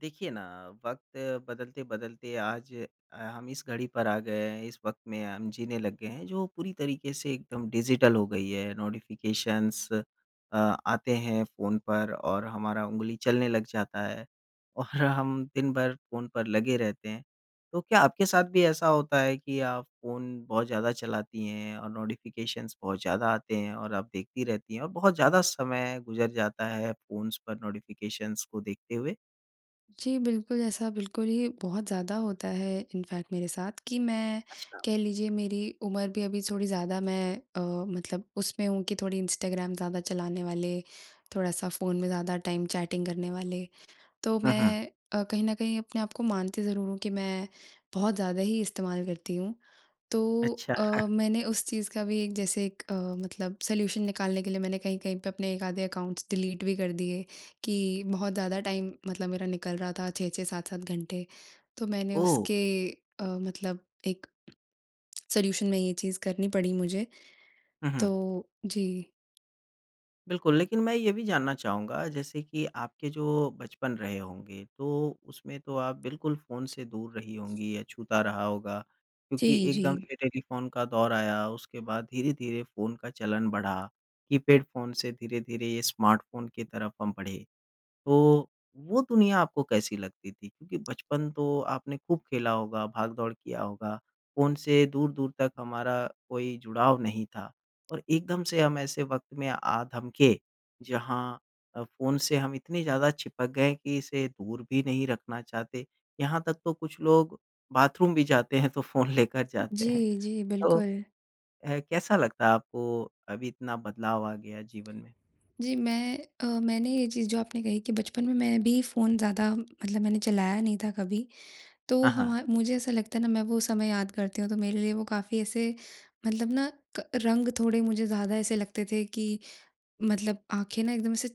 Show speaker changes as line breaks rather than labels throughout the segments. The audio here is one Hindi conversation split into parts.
देखिए ना, वक़्त बदलते-बदलते आज हम इस घड़ी पर आ गए हैं, इस वक़्त में हम जीने लग गए हैं जो पूरी तरीके से एकदम डिजिटल हो गई है। नोटिफ़िकेशंस आते हैं फ़ोन पर और हमारा उँगली चलने लग जाता है और हम दिन भर फ़ोन पर लगे रहते हैं। तो क्या आपके साथ भी ऐसा होता है कि आप फ़ोन बहुत ज़्यादा चलाती हैं और नोटिफ़िकेशंस बहुत ज़्यादा आते हैं और आप देखती रहती हैं और बहुत ज़्यादा समय गुज़र जाता है फ़ोन्स पर नोटिफ़िकेशंस को देखते हुए?
जी, बिल्कुल। ऐसा बिल्कुल ही बहुत ज़्यादा होता है इनफैक्ट मेरे साथ कि मैं
अच्छा।
कह लीजिए, मेरी उम्र भी अभी थोड़ी ज़्यादा, मैं मतलब उसमें हूँ कि थोड़ी इंस्टाग्राम ज़्यादा चलाने वाले, थोड़ा-सा फ़ोन में ज़्यादा टाइम चैटिंग करने वाले। तो
हुँ, हुँ।
मैं कहीं न कहीं अपने आप को मानती ज़रूर हूँ कि मैं बहुत ज़्यादा ही इस्तेमाल करती हूँ। तो
अच्छा।
अ, मैंने उस चीज़ का भी एक जैसे एक मतलब सॉल्यूशन निकालने के लिए मैंने कहीं-कहीं पे अपने एक आधे अकाउंट्स डिलीट भी कर दिए कि बहुत ज़्यादा टाइम मतलब मेरा निकल रहा था 6-6 7-7 घंटे। तो मैंने
ओह!
उसके मतलब एक सॉल्यूशन में ये चीज़ करनी पड़ी मुझे।
हुँ,
तो
हुँ।
जी।
बिल्कुल, लेकिन मैं ये भी जानना चाहूँगा जैसे कि आपके जो बचपन रहे होंगे, तो उसमें तो आप बिल्कुल फ़ोन से दूर रही होंगी या छूता रहा होगा
जी,
क्योंकि
जी।
एकदम से टेलीफ़ोन का दौर आया, उसके बाद धीरे-धीरे फ़ोन का चलन बढ़ा, कीपैड फ़ोन से धीरे-धीरे ये स्मार्टफ़ोन की तरफ हम बढ़े। तो वो दुनिया आपको कैसी लगती थी? क्योंकि बचपन तो आपने खूब खेला होगा, भाग-दौड़ किया होगा, फ़ोन से दूर-दूर तक हमारा कोई जुड़ाव नहीं था और एकदम से हम ऐसे वक़्त में आ धमके, जहाँ फ़ोन से हम इतने ज़्यादा चिपक गए कि इसे दूर भी नहीं रखना चाहते। यहाँ तक तो कुछ लोग बाथरूम भी जाते हैं, तो फ़ोन लेकर जाते हैं।
जी, जी,
तो
बिल्कुल।
कैसा लगता है आपको अभी इतना बदलाव आ गया जीवन में?
जी, मैं मैंने ये चीज़ जो आपने कही कि बचपन में मैं भी फ़ोन ज़्यादा मतलब मैंने चलाया नहीं था कभी। तो
हाँ, हाँ।
हमा मुझे ऐसा लगता है ना, मैं वो समय याद करती हूँ तो मेरे लिए वो काफ़ी ऐसे मतलब ना क रंग थोड़े मुझे ज़्यादा ऐसे लगते थे कि मतलब आँखें ना एकदम ऐसे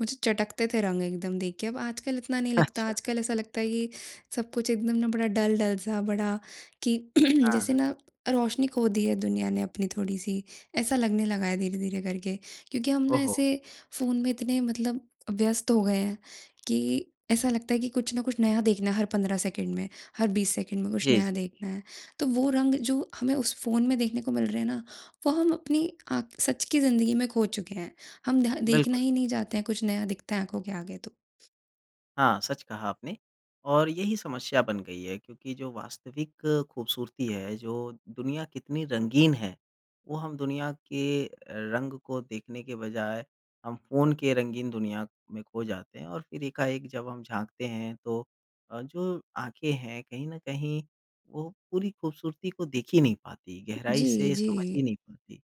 मुझे चटकते थे रंग एकदम देख के। अब आजकल इतना नहीं लगता,
अच्छा।
आजकल ऐसा लगता है कि सब कुछ एकदम ना बड़ा डल-डल सा बड़ा कि जैसे
हाँ।
ना रोशनी खो दी है दुनिया ने अपनी थोड़ी-सी, ऐसा लगने लगा है धीरे-धीरे करके। क्योंकि हम ना
ओहो!
ऐसे फ़ोन में इतने मतलब व्यस्त हो गए हैं कि ऐसा लगता है कि कुछ ना कुछ नया देखना है हर 15 सेकंड में, हर 20 सेकंड में कुछ
जी, जी।
नया देखना है। तो वो रंग जो हमें उस फ़ोन में देखने को मिल रहे हैं ना, वो हम अपनी आँख सच की ज़िंदगी में खो चुके हैं। हम ध देखना
बिल्कुल।
ही नहीं चाहते हैं, कुछ नया दिखता है आँखों के आगे तो।
हाँ, सच कहा आपने और यही समस्या बन गई है क्योंकि जो वास्तविक खूबसूरती है, जो दुनिया कितनी रंगीन है, वो हम दुनिया के रंग को देखने के बजाय हम फ़ोन के रंगीन दुनिया में खो जाते हैं और फिर एकाएक जब हम झाँकते हैं तो जो आँखें हैं कहीं न कहीं वो पूरी खूबसूरती को देख ही नहीं पाती, गहराई
जी,
से
जी।
समझ ही नहीं पाती।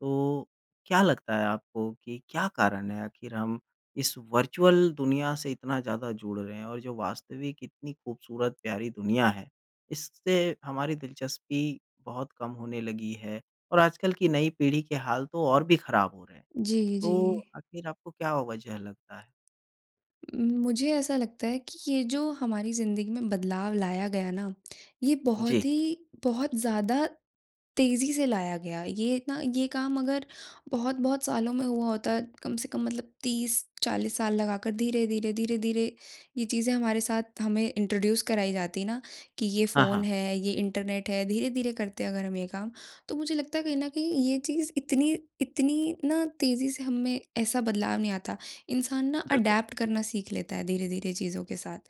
तो क्या लगता है आपको कि क्या कारण है आखिर हम इस वर्चुअल दुनिया से इतना ज़्यादा जुड़ रहे हैं और जो वास्तविक इतनी खूबसूरत प्यारी दुनिया है, इससे हमारी दिलचस्पी बहुत कम होने लगी है और आजकल की नई पीढ़ी के हाल तो और भी ख़राब हो रहे हैं।
जी, जी।
तो आखिर आपको क्या वजह लगता है?
मुझे ऐसा लगता है कि ये जो हमारी ज़िंदगी में बदलाव लाया गया ना, ये
जी।
बहुत ही बहुत ज़्यादा तेज़ी से लाया गया। ये ना ये काम अगर बहुत-बहुत सालों में हुआ होता, कम से कम मतलब 30-40 साल लगाकर धीरे-धीरे, धीरे-धीरे ये चीज़ें हमारे साथ हमें इंट्रोड्यूस कराई जाती ना कि ये
हाँ, हाँ,
फ़ोन है, ये इंटरनेट है, धीरे-धीरे करते अगर हम ये काम, तो मुझे लगता है कहीं न कहीं ये चीज़ इतनी इतनी ना तेज़ी से हम में ऐसा बदलाव नहीं आता। इंसान ना
बिल्कुल,
अडैप्ट करना सीख लेता है धीरे-धीरे चीज़ों के साथ।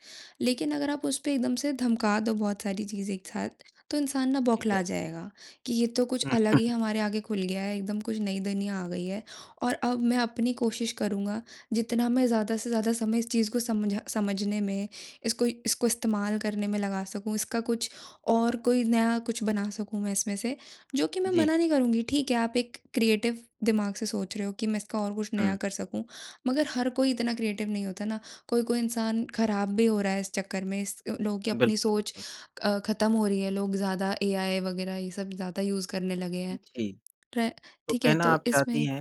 लेकिन अगर आप उस पे एकदम से धमका दो बहुत सारी चीज़ें एक साथ, तो इंसान ना
ठीक
बौखला
है।
जाएगा। कि ये तो कुछ
हुँ,
अलग ही हमारे आगे खुल गया है, एकदम कुछ नई दुनिया आ गई है और अब मैं अपनी कोशिश करूँगा, जितना मैं ज़्यादा से ज़्यादा समय इस चीज़ को समझा समझने में, इसको इसको इस्तेमाल करने में लगा सकूँ, इसका कुछ और कोई नया कुछ बना सकूँ मैं इसमें से, जो कि मैं
जी,
मना नहीं करूँगी, ठीक है, आप एक क्रिएटिव दिमाग से सोच रहे हो कि मैं इसका और कुछ नया
हुँ,
कर सकूँ, मगर हर कोई इतना क्रिएटिव नहीं होता ना, कोई-कोई इंसान खराब भी हो रहा है इस चक्कर में, इस लोगों की अपनी
बिल्कुल,
सोच
बिल्कुल।
ख़त्म हो रही है, लोग ज़्यादा एआई वग़ैरह ये सब ज़्यादा यूज़ करने लगे हैं।
जी,
ट्रे
तो
ठीक है,
कहना
तो
आप चाहती
इसमें
हैं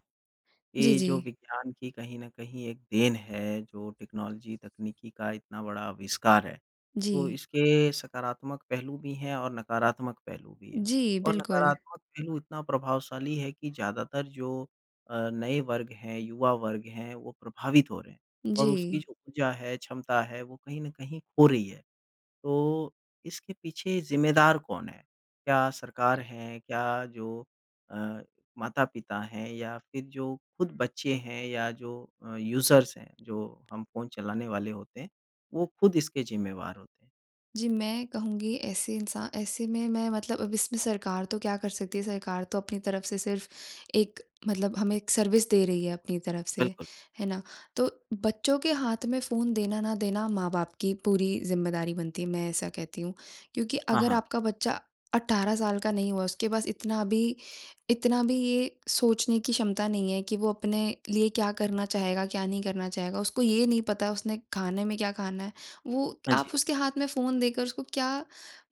जी,
ये
जी।
जो विज्ञान की कहीं न कहीं एक देन है, जो टेक्नोलॉजी तकनीकी का इतना बड़ा आविष्कार है।
जी।
तो इसके सकारात्मक पहलू भी हैं और नकारात्मक पहलू भी हैं।
जी,
और
बिल्कुल।
नकारात्मक पहलू इतना प्रभावशाली है कि ज़्यादातर जो नए वर्ग हैं, युवा वर्ग हैं, वो प्रभावित हो रहे हैं और
जी।
उसकी जो ऊर्जा है, क्षमता है, वो कहीं न कहीं खो रही है। तो इसके पीछे ज़िम्मेदार कौन है? क्या सरकार है? क्या जो अ, माता-पिता हैं या फिर जो खुद बच्चे हैं या जो यूज़र्स हैं, जो हम फ़ोन चलाने वाले होते हैं, वो खुद इसके ज़िम्मेवार होते हैं।
जी, मैं कहूँगी ऐसे इंसा ऐसे में मैं मतलब अब इसमें सरकार तो क्या कर सकती है, सरकार तो अपनी तरफ से सिर्फ़ एक मतलब हमें एक सर्विस दे रही है अपनी तरफ से,
बिल्कुल।
है ना? तो बच्चों के हाथ में फ़ोन देना ना देना माँ-बाप की पूरी ज़िम्मेदारी बनती है, मैं ऐसा कहती हूँ। क्योंकि
हाँ,
अगर
हाँ।
आपका बच्चा 18 साल का नहीं हुआ, उसके पास इतना भी ये सोचने की क्षमता नहीं है कि वो अपने लिए क्या करना चाहेगा, क्या नहीं करना चाहेगा। उसको ये नहीं पता उसने खाने में क्या खाना है। वो
हाँ जी,
आप उसके हाथ में फ़ोन देकर उसको क्या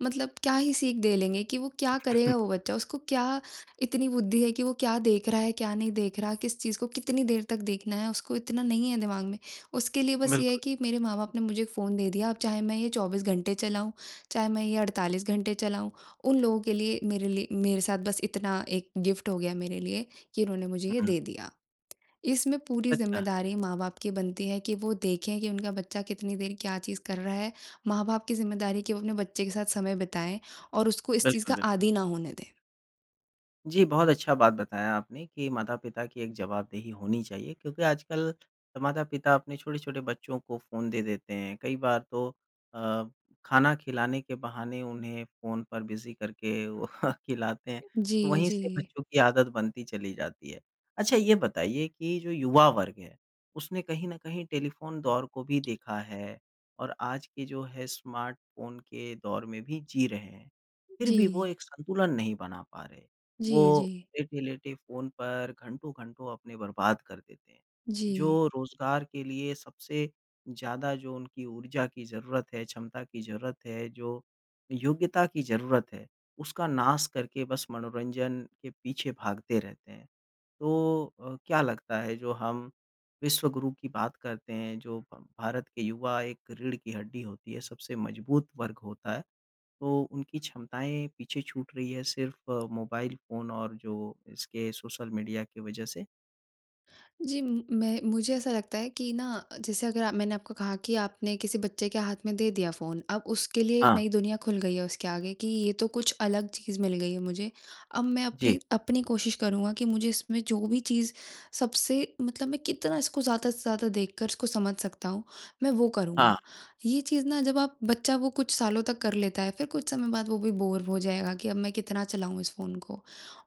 मतलब क्या ही सीख दे लेंगे कि वो क्या करेगा वो बच्चा? उसको क्या इतनी बुद्धि है कि वो क्या देख रहा है, क्या नहीं देख रहा, किस चीज़ को कितनी देर तक देखना है, उसको इतना नहीं है दिमाग में। उसके लिए बस ये है
बिल्कुल।
कि मेरे माँ-बाप ने मुझे एक फ़ोन दे दिया, अब चाहे मैं ये 24 घंटे चलाऊँ, चाहे मैं ये 48 घंटे चलाऊँ, उन लोगों के लिए मेरे साथ बस इतना एक गिफ्ट हो गया मेरे लिए कि उन्होंने मुझे ये
हुँ,
दे दिया। इसमें पूरी
सच कहा।
ज़िम्मेदारी माँ-बाप की बनती है कि वो देखें कि उनका बच्चा कितनी देर क्या चीज़ कर रहा है। माँ-बाप की ज़िम्मेदारी है कि वो अपने बच्चे के साथ समय बिताएँ और उसको इस चीज़
बिल्कुल,
का
बिल्कुल।
आदी ना होने दें।
जी, बहुत अच्छा बात बताया आपने कि माता-पिता की एक जवाबदेही होनी चाहिए क्योंकि आजकल माता-पिता अपने छोटे-छोटे बच्चों को फ़ोन दे देते हैं। कई बार तो अ, खाना खिलाने के बहाने उन्हें फ़ोन पर बिज़ी करके वो खिलाते हैं, तो
जी,
वहीं
जी।
से बच्चों की आदत बनती चली जाती है। अच्छा ये बताइए कि जो युवा वर्ग है, उसने कहीं न कहीं टेलीफ़ोन दौर को भी देखा है और आज के जो है स्मार्टफ़ोन के दौर में भी जी रहे हैं, फिर
जी।
भी वो एक संतुलन नहीं बना पा रहे।
जी, जी।
वो लेटे-लेटे फ़ोन पर घंटों-घंटों अपने बर्बाद कर देते हैं।
जी।
जो रोज़गार के लिए सबसे ज़्यादा जो उनकी ऊर्जा की ज़रूरत है, क्षमता की ज़रूरत है, जो योग्यता की ज़रूरत है, उसका नाश करके बस मनोरंजन के पीछे भागते रहते हैं। तो क्या लगता है जो हम विश्व गुरु की बात करते हैं, जो भ भारत के युवा एक रीढ़ की हड्डी होती है, सबसे मजबूत वर्ग होता है। तो उनकी क्षमताएँ पीछे छूट रही है सिर्फ़ मोबाइल फ़ोन और जो इसके सोशल मीडिया की वजह से।
जी, म मैं मुझे ऐसा लगता है कि ना जैसे अगर आप मैंने आपको कहा कि आपने किसी बच्चे के हाथ में दे दिया फ़ोन, अब उसके लिए एक
हाँ,
नई दुनिया खुल गई है उसके आगे कि ये तो कुछ अलग चीज़ मिल गई है मुझे। अब मैं
जी।
अपनी अपनी कोशिश करूँगा कि मुझे इसमें जो भी चीज़ सबसे मतलब मैं कितना इसको ज़्यादा से ज़्यादा देखकर इसको समझ सकता हूँ, मैं वो
हाँ,
करूँगा। ये चीज़ ना जब आप बच्चा वो कुछ सालों तक कर लेता है, फिर कुछ समय बाद वो भी बोर हो जाएगा कि अब मैं कितना चलाऊँ इस फ़ोन को।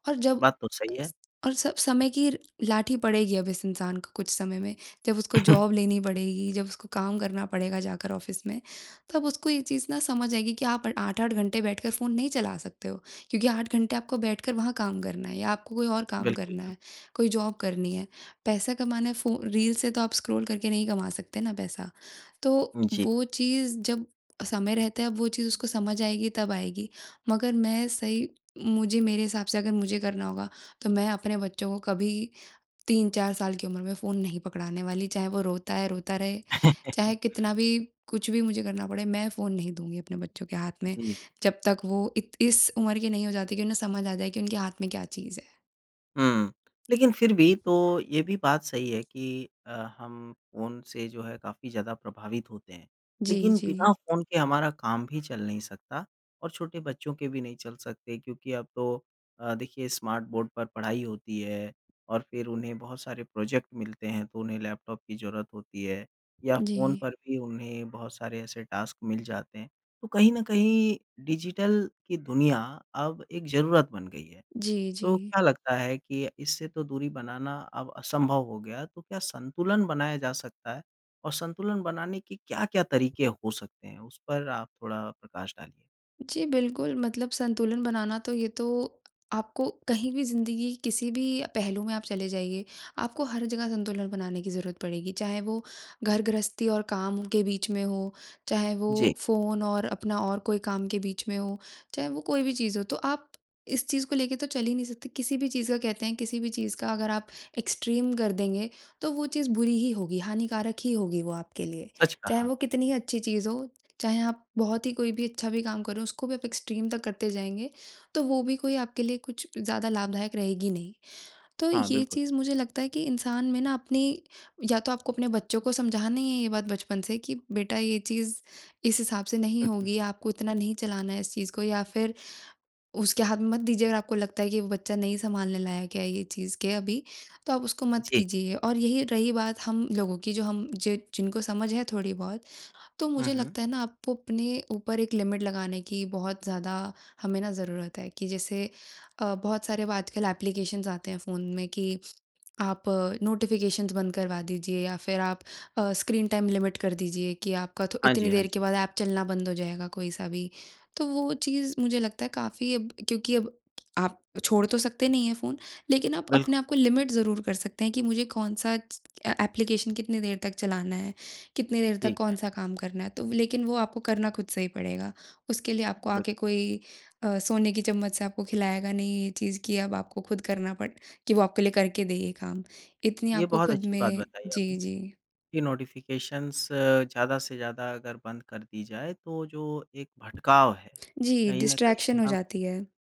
और जब
बात तो सही है।
स और सब समय की लाठी पड़ेगी अब इस इंसान को कुछ समय में, जब उसको जॉब लेनी पड़ेगी, जब उसको काम करना पड़ेगा जाकर ऑफ़िस में, तब उसको ये चीज़ ना समझ आएगी कि आप 8-8 घंटे बैठकर फ़ोन नहीं चला सकते हो, क्योंकि 8 घंटे आपको बैठकर वहाँ काम करना है या आपको कोई और काम
बिल्कुल,
करना
बिल्कुल।
है, कोई जॉब करनी है। पैसा कमाना है फ़ो रील से तो आप स्क्रॉल करके नहीं कमा सकते ना पैसा। तो
जी।
वो चीज़ जब समय रहता है, अब वो चीज़ उसको समझ आएगी तब आएगी, मगर मैं सही मुझे मेरे हिसाब से अगर मुझे करना होगा तो मैं अपने बच्चों को कभी 3-4 साल की उम्र में फ़ोन नहीं पकड़ाने वाली, चाहे वो रोता है, रोता रहे, चाहे कितना भी कुछ भी मुझे करना पड़े, मैं फ़ोन नहीं दूँगी अपने बच्चों के हाथ में,
जी।
जब तक वो इत इस उम्र के नहीं हो जाते कि उन्हें समझ आ जाए कि उनके हाथ में क्या चीज़ है।
हुँ। लेकिन फिर भी तो ये भी बात सही है कि हम फ़ोन से जो है काफ़ी ज़्यादा प्रभावित होते हैं।
जी,
लेकिन
जी।
बिना फ़ोन के हमारा काम भी चल नहीं सकता और छोटे बच्चों के भी नहीं चल सकते क्योंकि अब तो देखिए स्मार्ट बोर्ड पर पढ़ाई होती है और फिर उन्हें बहुत सारे प्रोजेक्ट मिलते हैं तो उन्हें लैपटॉप की ज़रूरत होती है या
जी।
फ़ोन पर भी उन्हें बहुत सारे ऐसे टास्क मिल जाते हैं। तो कहीं न कहीं डिजिटल की दुनिया अब एक ज़रूरत बन गई है।
जी, जी।
तो क्या लगता है कि इससे तो दूरी बनाना अब असंभव हो गया, तो क्या संतुलन बनाया जा सकता है? और संतुलन बनाने के क्या-क्या तरीके हो सकते हैं? उस पर आप थोड़ा प्रकाश डालिए।
जी, बिल्कुल, मतलब संतुलन बनाना तो ये तो आपको कहीं भी ज़िंदगी के किसी भी पहलू में आप चले जाइए, आपको हर जगह संतुलन बनाने की ज़रूरत पड़ेगी। चाहे वो घर गृहस्थी और काम के बीच में हो, चाहे वो
जी,
फ़ोन और अपना और कोई काम के बीच में हो, चाहे वो कोई भी चीज़ हो। तो आप इस चीज़ को लेके तो चल ही नहीं सकते। किसी भी चीज़ का कहते हैं, किसी भी चीज़ का अगर आप एक्सट्रीम कर देंगे, तो वो चीज़ बुरी ही होगी, हानिकारक ही होगी वो आपके लिए।
सच
चाहे
कहा।
वो कितनी ही अच्छी चीज़ हो, चाहे आप बहुत ही कोई भी अच्छा भी काम करो, उसको भी आप एक्सट्रीम तक करते जाएँगे, तो वो भी कोई आपके लिए कुछ ज़्यादा लाभदायक रहेगी नहीं। तो
हाँ,
ये
बिल्कुल।
चीज़ मुझे लगता है कि इंसान में ना अपनी या तो आपको अपने बच्चों को समझाना ही है ये बात बचपन से कि बेटा ये चीज़ इस हिसाब से नहीं
हुँ, हुँ।
होगी, आपको इतना नहीं चलाना है इस चीज़ को या फिर उसके हाथ में मत दीजिए अगर आपको लगता है कि वो बच्चा नहीं सँभालने लायक है ये चीज़ के अभी, तो आप उसको मत
जी।
कीजिए। और यही रही बात हम लोगों की जो हम जि जिनको समझ है थोड़ी बहुत तो
हुँ,
मुझे
हुँ।
लगता है ना आपको अपने ऊपर एक लिमिट लगाने की बहुत ज़्यादा हमें ना ज़रूरत है कि जैसे बहुत सारे अब आजकल एप्लीकेशंस आते हैं फ़ोन में कि आप नोटिफिकेशंस बंद करवा दीजिए या फिर आप स्क्रीन टाइम लिमिट कर दीजिए कि आपका तो
हाँ जी,
इतनी
हाँ
देर के
जी।
बाद ऐप चलना बंद हो जाएगा कोई सा भी। तो वो चीज़ मुझे लगता है काफ़ी अब क्योंकि अब आप छोड़ तो सकते नहीं हैं फ़ोन, लेकिन आप अपने
बिल्कुल,
आप को लिमिट ज़रूर कर सकते हैं कि मुझे कौन-सा एप्लीकेशन कितनी देर तक चलाना है कितनी देर तक
ठीक है,
कौन-सा काम करना है, तो लेकिन वो आपको करना खुद से ही पड़ेगा। उसके लिए आपको आके
बिल्कुल।
कोई सोने की चम्मच से आपको खिलाएगा नहीं ये चीज़ कि अब आपको खुद करना पड़ कि वो आपके लिए करके दे ये काम। इतनी
ये
आपको
बहुत
खुद
अच्छी बात
में
बताई
जी,
आपने
जी।
कि नोटिफ़िकेशंस ज़्यादा से ज़्यादा अगर बंद कर दी जाए, तो जो एक भटकाव है,
जी,
कहीं न कहीं
डिस्ट्रैक्शन हो
हम
जाती है।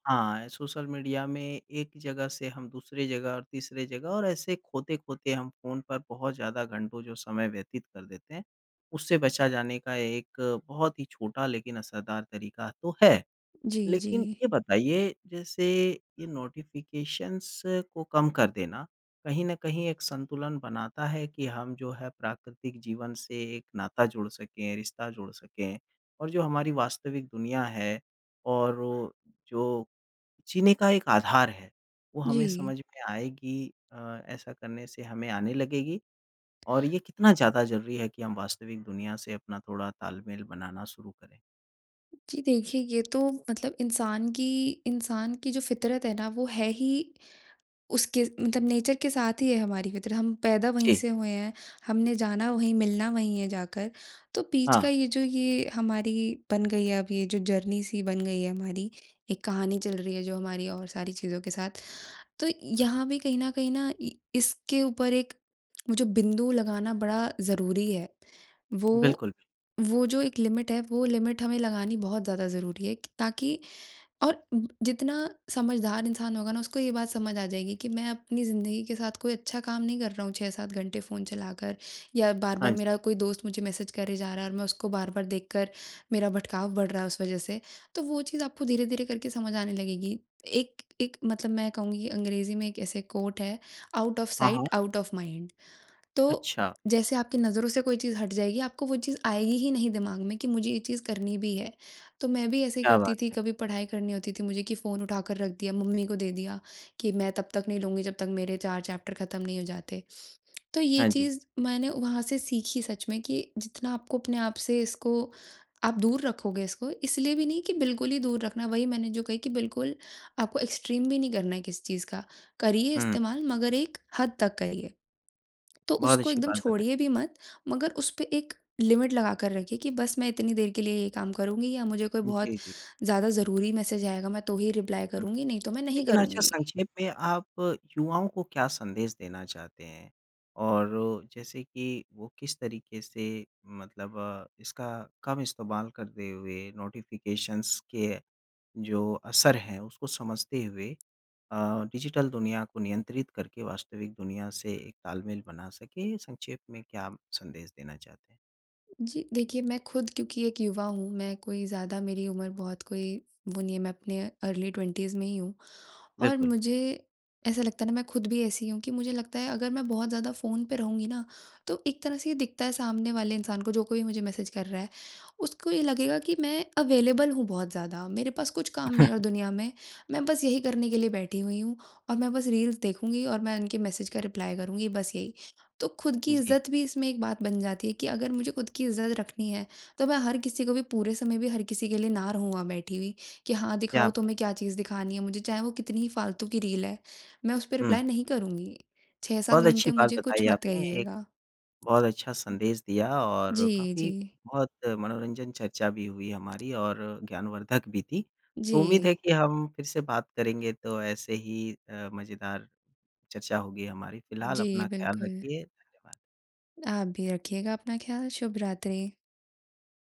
हाँ, सोशल मीडिया में एक जगह से हम दूसरे जगह और तीसरे जगह और ऐसे खोते-खोते हम फ़ोन पर बहुत ज़्यादा घंटों जो समय व्यतीत कर देते हैं, उससे बचा जाने का एक बहुत ही छोटा लेकिन असरदार तरीका तो है।
जी, जी।
लेकिन ये बताइए जैसे ये नोटिफ़िकेशंस को कम कर देना, कहीं न कहीं एक संतुलन बनाता है कि हम जो है प्राकृतिक जीवन से एक नाता जोड़ सकें, रिश्ता जोड़ सकें और जो हमारी वास्तविक दुनिया है और वो जो जीने का एक आधार है, वो
जी।
हमें समझ में आएगी ऐसा करने से हमें आने लगेगी और ये कितना ज़्यादा ज़रूरी है कि हम वास्तविक दुनिया से अपना थोड़ा तालमेल बनाना शुरू करें।
जी, देखिए ये तो मतलब इंसान की जो फ़ितरत है ना वो है ही उसके मतलब नेचर के साथ ही है हमारी फितरत, हम पैदा वहीं
जी,
से हुए हैं, हमने जाना वहीं, मिलना वहीं है जाकर। तो बीच
हाँ,
का ये जो ये हमारी बन गई है अब ये जो जर्नी सी बन गई है हमारी, एक कहानी चल रही है जो हमारी और सारी चीज़ों के साथ। तो यहाँ भी कहीं न कहीं ना इ इसके ऊपर एक मुझे बिंदु लगाना बड़ा ज़रूरी है। वो
बिल्कुल।
वो जो एक लिमिट है, वो लिमिट हमें लगानी बहुत ज़्यादा ज़रूरी है कि ताकि और ब जितना समझदार इंसान होगा ना, उसको ये बात समझ आ जाएगी कि मैं अपनी ज़िंदगी के साथ कोई अच्छा काम नहीं कर रहा हूँ 6-7 घंटे फ़ोन चलाकर या
हाँ
बार-बार
जी,
मेरा कोई दोस्त मुझे मैसेज करे जा रहा है और मैं उसको बार-बार देखकर मेरा भटकाव बढ़ रहा है उस वज़ह से। तो वो चीज़ आपको धीरे-धीरे करके समझ आने लगेगी। एक एक मतलब मैं कहूँगी अंग्रेज़ी में एक ऐसे कोट है, आउट ऑफ
हाँ, हाँ।
Sight, out of mind. तो
अच्छा,
जैसे आपकी नज़रों से कोई चीज़ हट जाएगी, आपको वो चीज़ आएगी ही नहीं दिमाग में कि मुझे ये चीज़ करनी भी है। तो मैं भी ऐसे ही
क्या
करती
बात
थी,
है!
कभी पढ़ाई करनी होती थी मुझे कि फ़ोन उठाकर रख दिया, मम्मी को दे दिया कि मैं तब तक नहीं लूँगी जब तक मेरे 4 चैप्टर ख़त्म नहीं हो जाते। तो ये
हाँ जी।
चीज़ मैंने वहाँ से सीखी सच में कि जितना आपको अपने आप से इसको आप दूर रखोगे इसको, इसलिए भी नहीं कि बिल्कुल ही दूर रखना, वही मैंने जो कही कि बिल्कुल आपको एक्सट्रीम भी नहीं करना है किसी चीज़ का। करिए
हुँ,
इस्तेमाल मगर एक हद तक करिए। तो
बहुत
उसको
अच्छी
एकदम
बात बताई।
छोड़िए भी मत, मगर उसपे एक लिमिट लगाकर रखिए कि बस मैं इतनी देर के लिए ये काम करूँगी या मुझे कोई बहुत
जी, जी।
ज़्यादा ज़रूरी मैसेज आएगा, मैं तो ही रिप्लाई
हुँ।
करूँगी, नहीं तो मैं नहीं
लेकिन अच्छा
करूँगी।
संक्षेप में आप युवाओं को क्या संदेश देना चाहते हैं? और जैसे कि वो किस तरीके से मतलब इसका कम इस्तेमाल करते हुए नोटिफ़िकेशंस के जो असर हैं उसको समझते हुए डिजिटल दुनिया को नियंत्रित करके वास्तविक दुनिया से एक तालमेल बना सके, संक्षेप में क्या आप संदेश देना चाहते हैं?
जी, देखिए मैं खुद क्योंकि एक युवा हूँ, मैं कोई ज़्यादा मेरी उम्र बहुत कोई वो नहीं है, मैं अपने अर्ली 20s में ही हूँ। और
बिल्कुल।
मुझे ऐसा लगता है ना मैं खुद भी ऐसी हूँ कि मुझे लगता है अगर मैं बहुत ज़्यादा फ़ोन पे रहूँगी ना, तो एक तरह से ये दिखता है सामने वाले इंसान को जो कोई मुझे मैसेज कर रहा है, उसको ये लगेगा कि मैं अवेलेबल हूँ बहुत ज़्यादा, मेरे पास कुछ काम नहीं है और दुनिया में, मैं बस यही करने के लिए बैठी हुई हूँ और मैं बस रील्स देखूँगी और मैं उनके मैसेज का रिप्लाई करूँगी बस यही। तो खुद की
जी,
इज़्ज़त भी इसमें एक बात बन जाती है कि अगर मुझे खुद की इज़्ज़त रखनी है, तो मैं हर किसी को भी पूरे समय भी हर किसी के लिए ना रहूँ वहाँ बैठी हुई। कि हाँ,
क्या
दिखाओ तुम्हें
बात!
क्या चीज़ दिखानी है मुझे, चाहे वो कितनी ही फालतू की रील है, मैं उस पे
हुँ,
रिप्लाई नहीं करूँगी। 6-7
बहुत अच्छी
घंटे
बात
मुझे कुछ
बताई
मत
आपने।
कहिएगा।
बहुत अच्छा संदेश दिया और
जी,
काफ़ी
जी।
बहुत मनोरंजन चर्चा भी हुई हमारी और ज्ञानवर्धक भी थी। तो
जी।
उम्मीद है कि हम फिर से बात करेंगे तो ऐसे ही मज़ेदार चर्चा होगी हमारी। फ़िलहाल
जी,
अपना ख़्याल
बिल्कुल।
रखिए। धन्यवाद।
आप भी रखिएगा अपना ख़्याल। शुभ रात्रि।